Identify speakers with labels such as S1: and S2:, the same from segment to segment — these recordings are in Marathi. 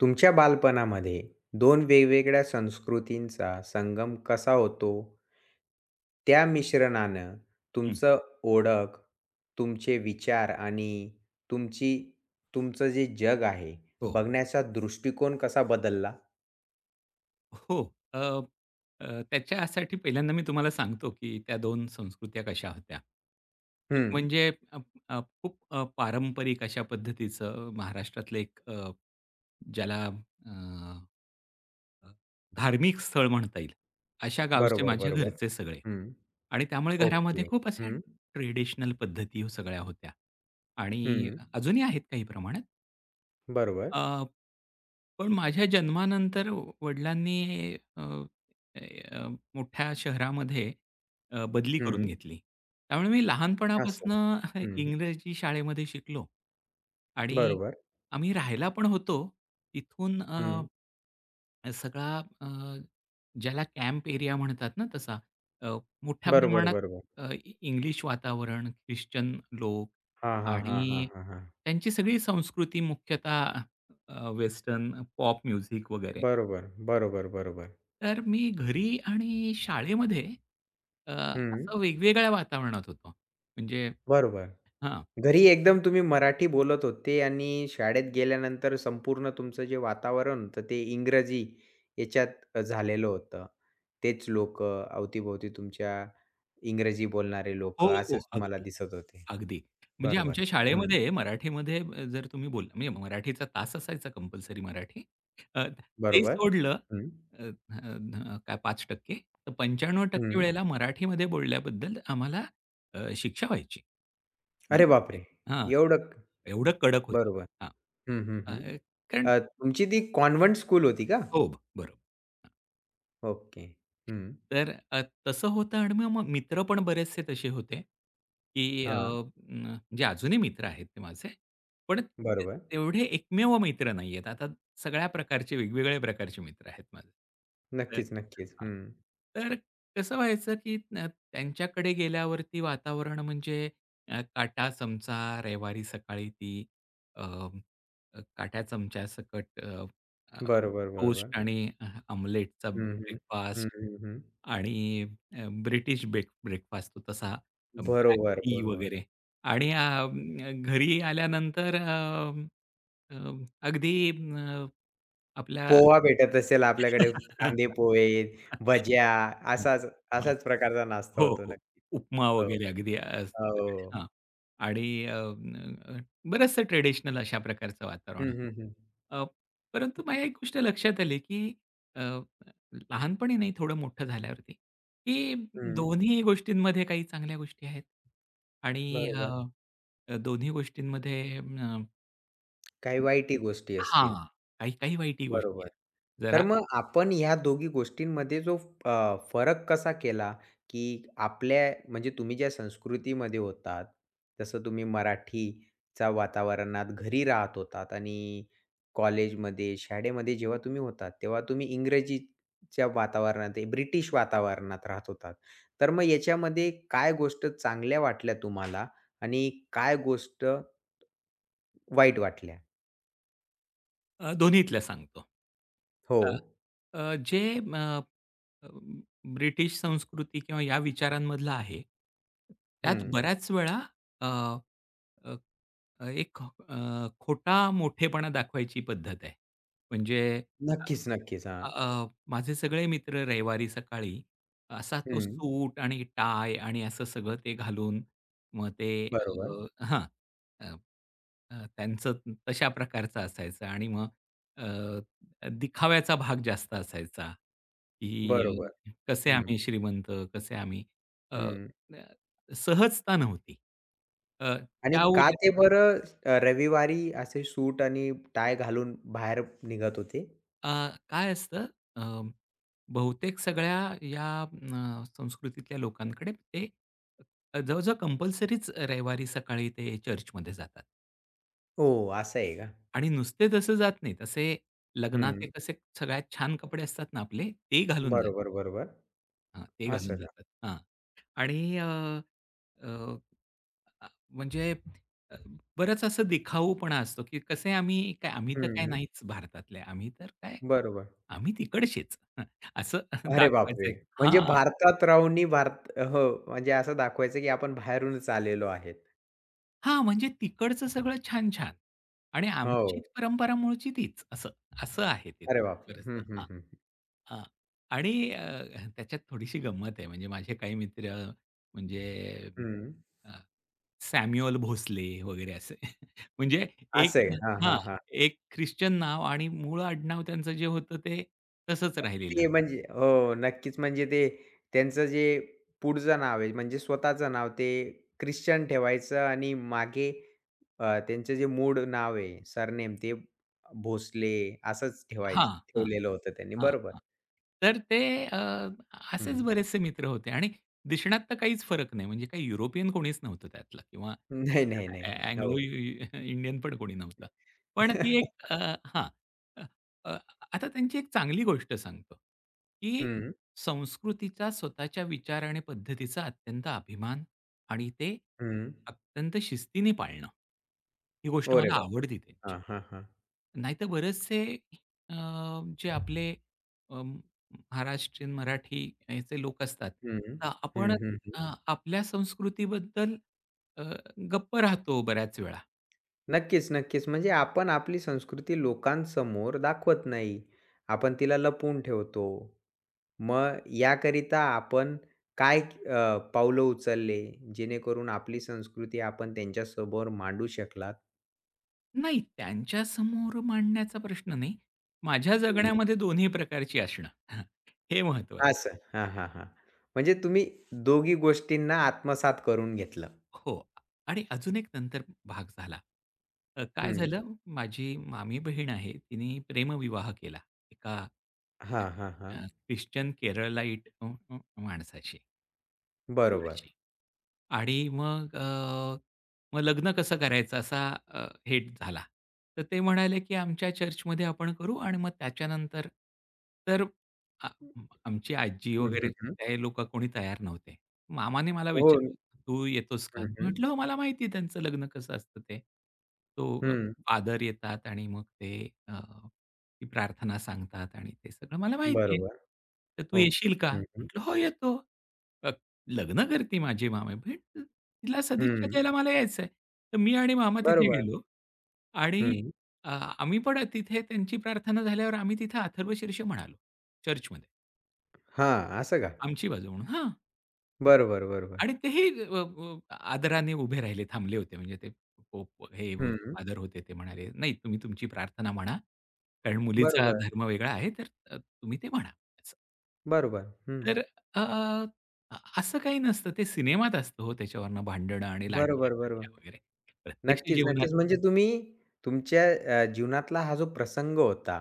S1: तुमच्या बालपणामध्ये दोन वेगवेगळ्या संस्कृतींचा संगम कसा होतो? त्या मिश्रणानं
S2: हं.
S1: तुमचं ओळख, तुमचे विचार आणि तुमची तुमचं जे जग आहे,
S2: हो.
S1: बघण्याचा दृष्टिकोन कसा बदलला?
S2: हो. अ, अ, त्याच्यासाठी पहिल्यांदा मी तुम्हाला सांगतो, की त्या दोन संस्कृत्या कशा होत्या. एक
S1: हं.
S2: म्हणजे अ, अ, खूप पारंपरिक अशा पद्धतीचं महाराष्ट्रातलं एक ज्याला अ, अ, धार्मिक स्थळ म्हणता येईल, अशा गावचे
S1: बरोबर,
S2: माझे
S1: बरोबर.
S2: घरचे सगळे.
S1: हं.
S2: आणि त्यामुळे
S1: ओके.
S2: घरामध्ये खूप अशा
S1: हं.
S2: ट्रेडिशनल पद्धती सगळ्या होत्या आणि
S1: हं.
S2: अजूनही आहेत काही प्रमाणात.
S1: बरोबर.
S2: अ, पण माझ्या जन्मानंतर वडिलांनी अ, अ, मोठ्या शहरामध्ये बदली करून
S1: हं.
S2: घेतली. त्यामुळे मी
S1: असं.
S2: लहानपणापासनं
S1: हं.
S2: इंग्रजी शाळेमध्ये शिकलो आणि
S1: बरोबर.
S2: आम्ही राहायला पण होतो. तिथून
S1: हं.
S2: सगळा अ, ज्याला कॅम्प एरिया म्हणतात ना तसा अ, मोठ्या
S1: बरोबर,
S2: प्रमाणात
S1: बरोबर.
S2: अ, इ इंग्लिश वातावरण, ख्रिश्चन लोक
S1: हां, हां, हां, हां,
S2: आणि
S1: हां, हां.
S2: त्यांची सगळी संस्कृती मुख्यतः वेस्टर्न पॉप म्युझिक वगैरे.
S1: बरोबर, बरोबर, बरोबर.
S2: तर मी घरी आणि शाळेमध्ये अ,
S1: हं,
S2: असं वेगवेगळ्या वातावरणात होतो. म्हणजे
S1: बरोबर.
S2: हां.
S1: घरी एकदम तुम्ही मराठी बोलत होते आणि शाळेत गेल्यानंतर संपूर्ण तुमचं जे वातावरण होतं ते इंग्रजी याच्यात झालेलं होतं. तेच लोकं अवतीभोवती तुमच्या इंग्रजी बोलणारे लोक
S2: हो, हो.
S1: असेच तुम्हाला
S2: अगदी.
S1: दिसत होते.
S2: अगदी. म्हणजे
S1: बरोबर.
S2: आमच्या
S1: हं,
S2: शाळेमध्ये मराठीमध्ये जर तुम्ही बोलला म्हणजे मराठीचा तास असायचा कंपल्सरी मराठी. ते
S1: बरोबर.
S2: सोडलं
S1: हं,
S2: अ, अ, अ, काय 5%, तर 95%
S1: हं.
S2: वेळेला मराठीमध्ये बोलल्याबद्दल आम्हाला शिक्षा व्हायची.
S1: अरे बापरे!
S2: हां.
S1: एवढं
S2: एवढं कडक होतं.
S1: बरोबर.
S2: हां.
S1: हं, हं, हं.
S2: अ, कारण
S1: तुमची ती कॉन्व्हेंट स्कूल होती का?
S2: हो, बरोबर.
S1: ओके. हं.
S2: तर तसं होतं आणि मग मग मित्र पण बरेचसे तसे होते, की
S1: हां,
S2: न जे अजूनही मित्र आहेत ते माझे. पण ते
S1: बरोबर.
S2: तेवढे एकमेव मित्र नाहीयेत. आता सगळ्या प्रकारचे वेगवेगळ्या प्रकारचे मित्र आहेत माझे. तर
S1: नक्कीच, नक्कीच.
S2: हां.
S1: हं.
S2: तर कसं व्हायचं, की त्यांच्याकडे गेल्यावरती वातावरण म्हणजे काटा, चमचा, रविवारी सकाळी ती अ, अ, काट्या चमच्यासकट अ, अ,
S1: बरोबर, बरोबर.
S2: टोस्ट आणि आमलेटचा
S1: हं, हं.
S2: ब्रेकफास्ट
S1: हं, हं, हं.
S2: आणि ब्रिटिश ब्रेकफास्ट तो तसा ब्लॅक
S1: बरोबर,
S2: टी
S1: बरोबर.
S2: वगैरे आणि घरी आल्यानंतर अं, अं, अगदी आपल्या
S1: पोहा भेटत असेल आपल्याकडे कांदे पोहे, भज्या असाच
S2: हां.
S1: असाच प्रकारचा नाश्ता
S2: हो,
S1: होतो
S2: हो.
S1: नक्की.
S2: उपमा
S1: हो.
S2: वगैरे अगदी सगळे
S1: हो.
S2: हां. आणि बरचसं ट्रेडिशनल अशा प्रकारचं वातावरण
S1: हं,
S2: होतं.
S1: हं, हं.
S2: अ, परंतु मला एक गोष्ट लक्षात आली, की अ, लहानपणी नाही थोडं मोठं झाल्यावरती, की
S1: हं.
S2: दोन्ही गोष्टींमध्ये काही चांगल्या गोष्टी आहेत आणि अ,
S1: बरोबर.
S2: अ, दोन्ही गोष्टींमध्ये
S1: काही वाईटही गोष्टी असतील.
S2: हां, काही-काही वाईटही गोष्टी
S1: बरोबर.
S2: आहेत.
S1: तर
S2: जरा
S1: मग आपण ह्या दोघी गोष्टींमध्ये जो फरक कसा केला, की आपल्या म्हणजे तुम्ही ज्या संस्कृतीमध्ये होतात, जसं तुम्ही मराठीच्या वातावरणात घरी राहत होतात आणि कॉलेजमध्ये, शाळेमध्ये जेव्हा तुम्ही होतात, तेव्हा तुम्ही इंग्रजीच्या वातावरणात, ए, ब्रिटिश वातावरणात राहत होतात. तर मग याच्यामध्ये काय गोष्ट चांगल्या वाटल्या तुम्हाला आणि काय गोष्ट वाईट वाटल्या?
S2: दोन्हीतल्या सांगतो.
S1: हो.
S2: अ, अ, जे म अ, ब्रिटिश संस्कृती किंवा या विचारांमधलं आहे, त्यात
S1: हं.
S2: बऱ्याच वेळा अ, अ अ, एक खोटा मोठेपणा दाखवायची पद्धत आहे. म्हणजे
S1: नक्कीच, नक्कीच. हां.
S2: अ, माझे सगळे मित्र रविवारी सकाळी असा तो
S1: हं.
S2: सूट आणि टाय आणि असं सगळं ते घालून मग ते
S1: बरोबर,
S2: हां. अ, अ, त्यांचं तशा प्रकारचं असायचं आणि मग दिखाव्याचा भाग जास्त असायचा, की
S1: बरोबर.
S2: कसे
S1: हं,
S2: आम्ही श्रीमंत, कसे आम्ही अ,
S1: हं.
S2: अ, सहजता नव्हती. अ,
S1: आणि
S2: त्या
S1: का ते बरं रविवारी असे सूट आणि टाय घालून बाहेर निघत होते?
S2: अ, काय असतं अ, बहुतेक सगळ्या या संस्कृतीतल्या लोकांकडे ते जवळ कंपल्सरीच रविवारी सकाळी ते चर्चमध्ये जातात
S1: ओह! असं आहे का?
S2: आणि नुसते तसं जात नाहीत. असे लग्नाचे
S1: हं.
S2: कसे सगळ्यात छान कपडे असतात ना आपले, ते घालून जातात.
S1: बरोबर, बरोबर.
S2: हां, ते घालून
S1: असं का?
S2: जातात. हां. आणि अ, अ, अ, म्हणजे अ, बरंच असं दिखाऊपणा असतो, की कसे आम्ही काय आम्ही तर काय
S1: हं.
S2: नाहीच भारतातले. आम्ही तर काय
S1: बरोबर.
S2: आम्ही तिकडचेच. असं
S1: अरे
S2: दाखवायचं
S1: बापरे!
S2: आहे.
S1: म्हणजे भारतात राहूनही भारत हो, म्हणजे असं दाखवायचं की आपण बाहेरूनच आलेलो आहेत.
S2: हां, म्हणजे तिकडचं सगळं छान-छान आणि
S1: हो.
S2: आमची परंपरा मूळची तीच असं, असं आहे ते
S1: अरे बापरे!
S2: बरंचसं.
S1: हं, हं,
S2: हां,
S1: हं.
S2: हां. आणि त्याच्यात थोडीशी गंमत आहे म्हणजे माझे काही मित्र म्हणजे
S1: हं.
S2: अ, सॅम्युअल भोसले वगैरे असे म्हणजे
S1: असं
S2: एक
S1: आहे. हां,
S2: हां,
S1: हां, हां.
S2: एक ख्रिश्चन नाव आणि मूळ आडनाव त्यांचं जे होतं ते तसंच राहिलेलं.
S1: ते म्हणजे हो, नक्कीच. म्हणजे ते त्यांचं जे पुढचं नाव आहे, म्हणजे स्वतःचं नाव ते ख्रिश्चन ठेवायचं आणि मागे त्यांचं जे मूळ नाव आहे, सरनेम ते भोसले असंच ठेवायचं
S2: हां, हां.
S1: ठेवलेलं होतं त्यांनी.
S2: हां,
S1: बरोबर.
S2: हां. तर ते अ, असेच
S1: हं.
S2: बरेचसे मित्र होते आणि दिसण्यात तर काहीच फरक नाही. म्हणजे काही युरोपियन कोणीच नव्हतं त्यातलं किंवा
S1: नाही, नाही, नाही,
S2: अ
S1: नाही.
S2: अँग्लो
S1: हो.
S2: इ इंडियन पण कोणी नव्हतं. पण ती एक हां. अ, अ, आता त्यांची एक चांगली गोष्ट सांगतो, की
S1: हं,
S2: संस्कृतीचा स्वतःच्या विचार आणि पद्धतीचा अत्यंत अभिमान आणि ते
S1: हं.
S2: अत्यंत शिस्तीने पाळणं. ही गोष्ट
S1: अरे
S2: मला
S1: बाप!
S2: आवडते त्यांची.
S1: हां, हां, हां.
S2: नाहीतर बरेचसे अ, जे आपले अं, महाराष्ट्रीयन मराठी याचे लोक असतात.
S1: हं.
S2: तर आपण
S1: हं, हं,
S2: अ,
S1: हं.
S2: आपल्या संस्कृतीबद्दल अ, गप्प राहतो बऱ्याच वेळा.
S1: नक्कीच, नक्कीच. म्हणजे आपण आपली संस्कृती लोकांसमोर दाखवत नाही. आपण तिला लपवून ठेवतो. मग याकरिता आपण काय पावलं उचलले, जेणेकरून आपली संस्कृती आपण त्यांच्यासमोर मांडू शकलात?
S2: नाही, त्यांच्यासमोर मांडण्याचा प्रश्न नाही. माझ्या
S1: हं.
S2: जगण्यामध्ये दोन्ही प्रकारची असणं हे महत्त्वाचं.
S1: असं. हां, हां, हां. म्हणजे तुम्ही दोघी गोष्टींना आत्मसात करून घेतलं.
S2: हो. आणि अजून एक नंतर भाग झाला. काय
S1: हं.
S2: झालं, माझी मामी बहीण आहे, तिने प्रेमविवाह केला एका
S1: हां, हां, हां.
S2: ख्रिश्चन केरळलाईट अ, अ, माणसाशी.
S1: बरोबर.
S2: मुलाशी. आणि मग मग लग्न कसं करायचं असा हेट झाला. तर ते म्हणाले, की आमच्या चर्चमध्ये आपण करू आणि मग त्याच्यानंतर तर आ आमची आजी
S1: हं,
S2: वगैरे
S1: हं, हं.
S2: ते लोकं कोणी तयार नव्हते. मामाने मला
S1: हो.
S2: विचारलं, "तू येतोस का?"
S1: हं, हं.
S2: म्हटलं, "हो, मला माहिती आहे त्यांचं लग्न कसं असतं ते." तो
S1: हं.
S2: फादर येतात आणि मग ते ती प्रार्थना सांगतात आणि ते सगळं मला माहिती आहे.
S1: बरोबर.
S2: "तर तू
S1: हो.
S2: येशील का?"
S1: हं, हं.
S2: म्हटलं, "हो, येतो." लग्न करते माझी मामा. पण तिला सदिच्छा
S1: हं.
S2: द्यायला मला यायचंय. तर मी आणि मामा तिथे
S1: बरोबर.
S2: गेलो आणि
S1: हं.
S2: अ, आम्ही पण तिथे त्यांची प्रार्थना झाल्यावर आम्ही तिथे अथर्वशीर्ष म्हणालो, चर्चमध्ये.
S1: हां, असं का?
S2: आमची बाजू म्हणून हां.
S1: बरोबर, बरोबर.
S2: आणि तेही अ, अ, आदराने उभे राहिले, थांबले होते. म्हणजे ते पोप हे होते,
S1: हं.
S2: फादर होते. ते म्हणाले, "नाही, तुम्ही तुमची प्रार्थना म्हणा, कारण मुलीचा
S1: बरोबर,
S2: धर्म वेगळा आहे, तर तुम्ही ते म्हणा." असं.
S1: बरोबर. हं.
S2: तर अ, अ, असं काही नसतं. ते सिनेमात असतं हो, त्याच्यावरनं भांडणं आणि
S1: बरोबर, बरोबर.
S2: लाठ्या-काठ्या वगैरे. प्रत्यक्ष
S1: नक्कीच,
S2: जीवनात
S1: नक्कीच. म्हणजे तुम्ही तुमच्या जीवनातला हा जो प्रसंग होता,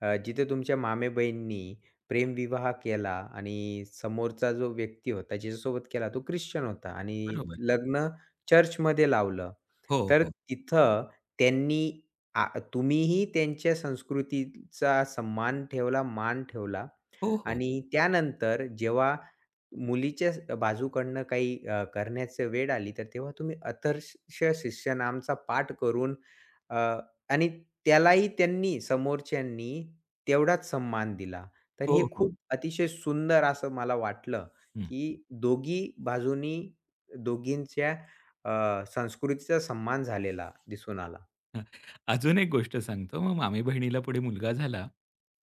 S1: जिथे तुमच्या मामेबहिणी प्रेमविवाह केला आणि समोरचा जो व्यक्ती होता, ज्याच्यासोबत केला तो ख्रिश्चन होता आणि
S2: बरोबर.
S1: लग्न चर्चमध्ये लावलं.
S2: हो,
S1: तर
S2: हो.
S1: तिथं त्यांनी आ तुम्हीही त्यांच्या संस्कृतीचा सम्मान ठेवला, मान ठेवला
S2: हो, हो.
S1: आणि त्यानंतर जेव्हा मुलीच्याच बाजूकडनं काही करण्याची वेळ आली, तर तेव्हा तुम्ही अथर्सशीय शिष्य नामचा पाठ करून अ, आणि त्यालाही समोरच्यांनी तेवढाच सन्मान दिला. तर
S2: हो,
S1: हे
S2: हो.
S1: खूप अतिशय सुंदर असं मला वाटलं,
S2: हं.
S1: की दोघी बाजूनी दोघींच्या संस्कृतीचा सन्मान झालेला दिसून आला.
S2: हां. अजून एक गोष्ट सांगतो. मग मामी-बहिणीला पुढे मुलगा झाला,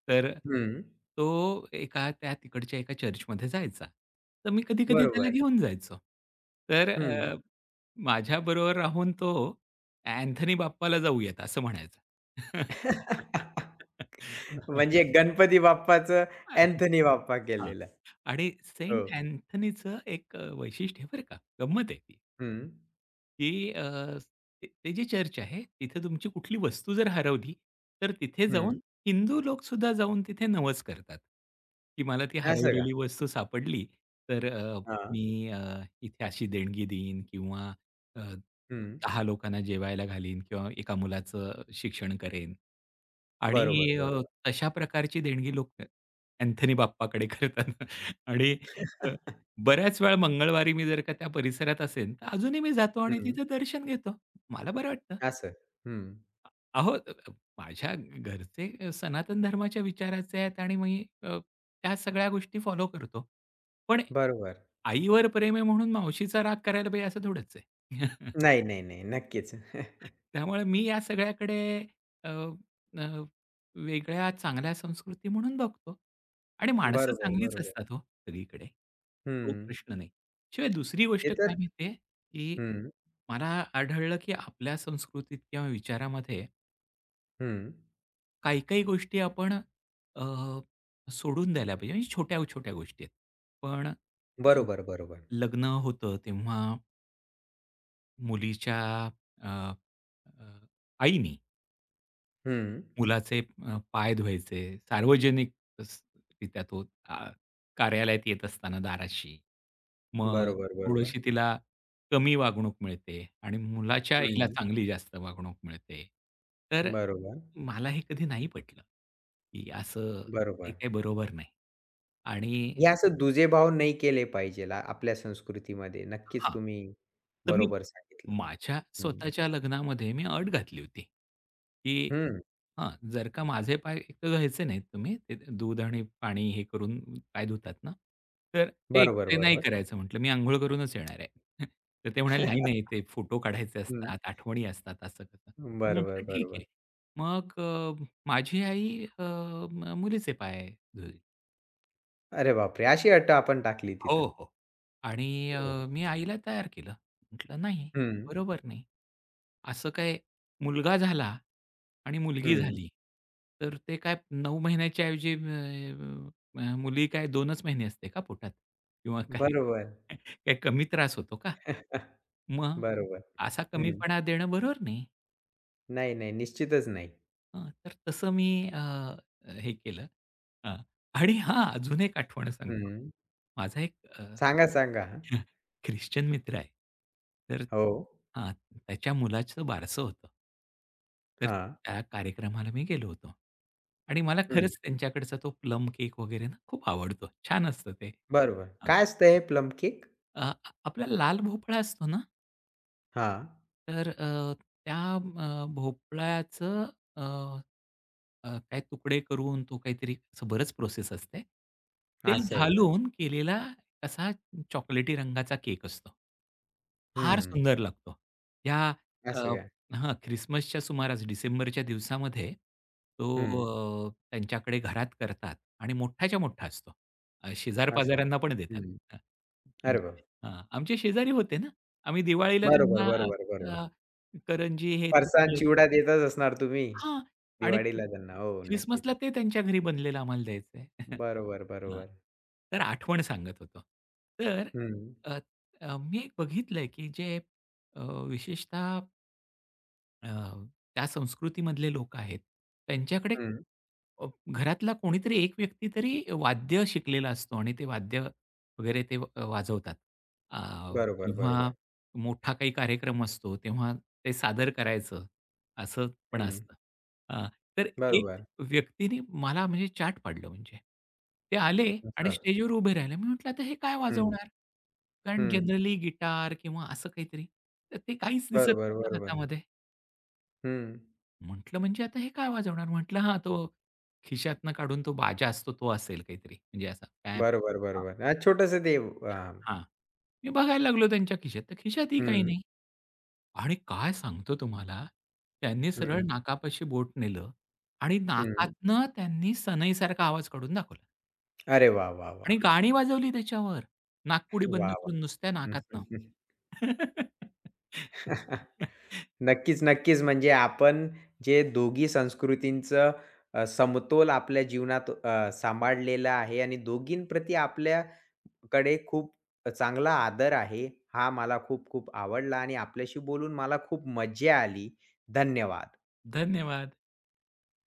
S2: तर
S1: हं,
S2: तो एका त्या तिकडच्या एका चर्चमध्ये जायचा. तर मी कधी-कधी त्याला
S1: बरोबर.
S2: घेऊन जायचो. तर
S1: हं.
S2: माझ्याबरोबर राहून तो अँथनी बाप्पाला जाऊयात असं म्हणायचा.
S1: म्हणजे गणपती बाप्पाचं अँथोनी बाप्पा
S2: हां.
S1: केलेलं.
S2: आणि
S1: हो.
S2: सेंट अँथनीचं एक वैशिष्ट्य आहे बरं का, गंमत आहे ती.
S1: हं.
S2: की ते ते जे चर्च आहे, तिथे तुमची कुठली वस्तू जर हरवली, तर तिथे
S1: हं.
S2: जाऊन हिंदू लोकसुद्धा जाऊन तिथे नवस करतात, की मला ती
S1: असं का?
S2: हरवलेली वस्तू सापडली, तर
S1: हां.
S2: मी इथे अशी देणगी देईन किंवा अ,
S1: हं.
S2: 10 लोकांना जेवायला घालीन किंवा एका मुलाचं शिक्षण करेन. आणि
S1: बरोबर, बरोबर.
S2: तशा प्रकारची देणगी लोक अँथनी बाप्पाकडे करतात. आणि अ, बऱ्याच वेळा मंगळवारी मी जर का त्या परिसरात असेन, तर अजूनही मी जातो आणि
S1: हं.
S2: तिथं दर्शन घेतो. मला बरं वाटतं.
S1: असं. हं.
S2: अहो, माझ्या घरचे सनातन धर्माच्या विचाराचे आहेत आणि मी त्या सगळ्या गोष्टी फॉलो करतो. पण
S1: बरोबर.
S2: आईवर प्रेम आहे म्हणून मावशीचा राग करायला पाहिजे असं थोडंच आहे.
S1: नाही, नाही, नाही. नक्कीच.
S2: त्यामुळे मी या सगळ्याकडे अ, अ, वेगळ्या चांगल्या संस्कृती म्हणून बघतो आणि माणसं
S1: बरोबर,
S2: चांगलीच
S1: बरोबर.
S2: असतात हो सगळीकडे. तो
S1: हं.
S2: प्रश्न नाही. शिवाय दुसरी
S1: ते
S2: गोष्ट काय
S1: तर
S2: माहिती आहे, की
S1: हं,
S2: मला आढळलं, की आपल्या संस्कृतीत किंवा विचारामध्ये
S1: हं.
S2: काही-काही गोष्टी आपण अ, सोडून द्यायला पाहिजे. म्हणजे छोट्या-छोट्या गोष्टी आहेत. पण अ,
S1: बरोबर, बरोबर.
S2: लग्न होतं तेव्हा मुलीच्या अ, अ, आईनी
S1: हं.
S2: मुलाचे पाय धुवायचे, सार्वजनिक स रित्या तो कार्यालयात येत असताना दाराशी. मग
S1: बरोबर, बरोबर.
S2: थोडीशी तिला कमी वागणूक मिळते आणि मुलाच्या आईला
S1: हं.
S2: चांगली जास्त वागणूक मिळते. तर
S1: बरोबर,
S2: मला हे कधी नाही पटलं, की असं हे
S1: बरोबर.
S2: काही बरोबर नाही. आणि
S1: हे असं दुजेभाव नाही केले पाहिजे आपल्या संस्कृतीमध्ये. नक्कीच
S2: हां.
S1: तुम्ही
S2: तर
S1: बरोबर सांगितलं.
S2: माझ्या
S1: हं.
S2: स्वतःच्या लग्नामध्ये मी अट घातली होती, की
S1: हं.
S2: हां, जर का माझे पाय एकटे धुवायचे नाहीत तुम्ही, ते दूध आणि पाणी हे करून पाय धुतात ना, तर ते
S1: बरोबर,
S2: एकटे नाही
S1: बरोबर.
S2: करायचं म्हटलं, मी अंघोळ करूनच येणार आहे. तर ते म्हणाले, "नाही, नाही, ते फोटो काढायचे
S1: हं.
S2: असतात, आठवणी असतात," असं-तसं. तर
S1: बरोबर,
S2: म्हटलं, "ठीक आहे."
S1: बरोबर.
S2: मग माझी आई मुलीचे पाय धुतले.
S1: अरे बापरे! अशी अट आपण टाकली
S2: हो,
S1: तिथं.
S2: हो. आणि
S1: हो.
S2: मी आईला तयार केलं. म्हटलं, "नाही, हे
S1: हं,
S2: बरोबर नाही. असं काय मुलगा झाला आणि मुलगी
S1: हं.
S2: झाली, तर ते काय 9 महिन्याच्या ऐवजी अ, अ, मुली काय 2च महिने असते का पोटात? किंवा काय
S1: बरोबर.
S2: काय कमी त्रास होतो का? मग
S1: बरोबर.
S2: असा
S1: हं.
S2: कमीपणा देणं बरोबर नाही."
S1: नाही, नाही. निश्चितच नाही.
S2: हं, तर तसं मी अ, हे केलं. अ, आणि हां, अजून एक आठवण सांगतो.
S1: हं.
S2: माझा एक
S1: सांगा, सांगा.
S2: ख्रिश्चन मित्र आहे. तर
S1: हो.
S2: हां, त्याच्या मुलाचं बारसं होतं. तर
S1: हां.
S2: त्या कार्यक्रमाला मी गेलो होतो. आणि मला
S1: हं.
S2: खरंच त्यांच्याकडचा तो प्लम केक वगैरे ना खूप आवडतो. छान असतं ते.
S1: बरोबर.
S2: हां,
S1: काय असतं हे प्लम केक?
S2: अ, आपला लाल भोपळा असतो ना,
S1: हां.
S2: तर भोपळ्याचं अ, अ, काही तुकडे करून तो काहीतरी असं बरंच प्रोसेस असते. ते
S1: असं आहे का?
S2: घालून केलेला असा चॉकलेटी रंगाचा केक असतो. फार
S1: हं.
S2: सुंदर लागतो. त्या अ,
S1: असं का?
S2: हां, ख्रिसमसच्या सुमारास डिसेंबरच्या दिवसामध्ये तो
S1: हं.
S2: त्यांच्याकडे घरात करतात आणि मोठाच्या मोठा असतो.
S1: असं.
S2: शेजार-पाजाऱ्यांना पण देतात.
S1: हं.
S2: हां,
S1: अरे वाह!
S2: म्हणजे हां, आमचे शेजारी होते ना. आम्ही दिवाळीला
S1: बरोबर,
S2: त्यांना
S1: बरोबर, बरोबर.
S2: अ, करंजी हे ते
S1: फरसाण
S2: सगळं
S1: चिवडा देतच असणार तुम्ही
S2: हां. आणि
S1: दिवाळीला त्यांना. हो, नक्कीच.
S2: क्रिसमसला ते त्यांच्या घरी बनलेलं आम्हाला द्यायचंय.
S1: बरोबर,
S2: हां.
S1: बरोबर.
S2: तर आठवण सांगत होतो. तर
S1: हं,
S2: अ, अ, मी एक बघितलंय की जे अ, विशेषतः अ, त्या संस्कृतीमधले लोक आहेत. त्यांच्याकडे
S1: हं.
S2: अ, घरातला कोणीतरी एक व्यक्ती तरी वाद्य शिकलेला असतो आणि ते वाद्य वगैरे ते वाजवतात. अ,
S1: बरोबर,
S2: जेव्हा
S1: बरोबर.
S2: मोठा काही कार्यक्रम असतो, तेव्हा ते सादर करायचं असं पण
S1: हं.
S2: असतं. अ, तर एक
S1: बरोबर.
S2: व्यक्तीने मला म्हणजे चाट पाडलं म्हणजे. ते आले आणि
S1: असं.
S2: स्टेजवर उभे राहिले. मी म्हटलं, "आता हे काय
S1: हं,
S2: वाजवणार?" कारण
S1: हं.
S2: जनरली गिटार किंवा असं काहीतरी. तर ते काहीच दिसत
S1: बरोबर,
S2: नव्हतं
S1: बरोबर.
S2: हातामध्ये.
S1: हं.
S2: म्हटलं, "म्हणजे आता हे काय वाजवणार?" म्हटलं, "हां, तो खिशातनं काढून तो बाजा असतो तो असेल काहीतरी." म्हणजे असा पॅप
S1: बरोबर,
S2: हां,
S1: बरोबर. हां, छोटंसं ते हां.
S2: हां. मी बघायला लागलो त्यांच्या खिशात, तर खिशातही काही
S1: हं,
S2: नाही. आणि काय सांगतो तुम्हाला, त्यांनी सरळ
S1: हं,
S2: नाकापाशी बोट नेलं आणि
S1: हं.
S2: नाकातनं त्यांनी सनईसारखा आवाज काढून दाखवला
S1: अरे वाह, वाह,
S2: आणि
S1: वाह!
S2: गाणी वाजवली त्याच्यावर. नाकपुडी बंद
S1: वाह, वाह!
S2: करून नुसत्या नाकातनं.
S1: हं. नक्कीच, नक्कीच. म्हणजे आपण जे दोघी संस्कृतींचं समतोल आपल्या जीवनात सांभाळलेला आहे आणि दोघींप्रती आपल्याकडे खूप चांगला आदर आहे. हा मला खूप-खूप आवडला आणि आपल्याशी बोलून मला खूप मजा आली. धन्यवाद.
S2: धन्यवाद.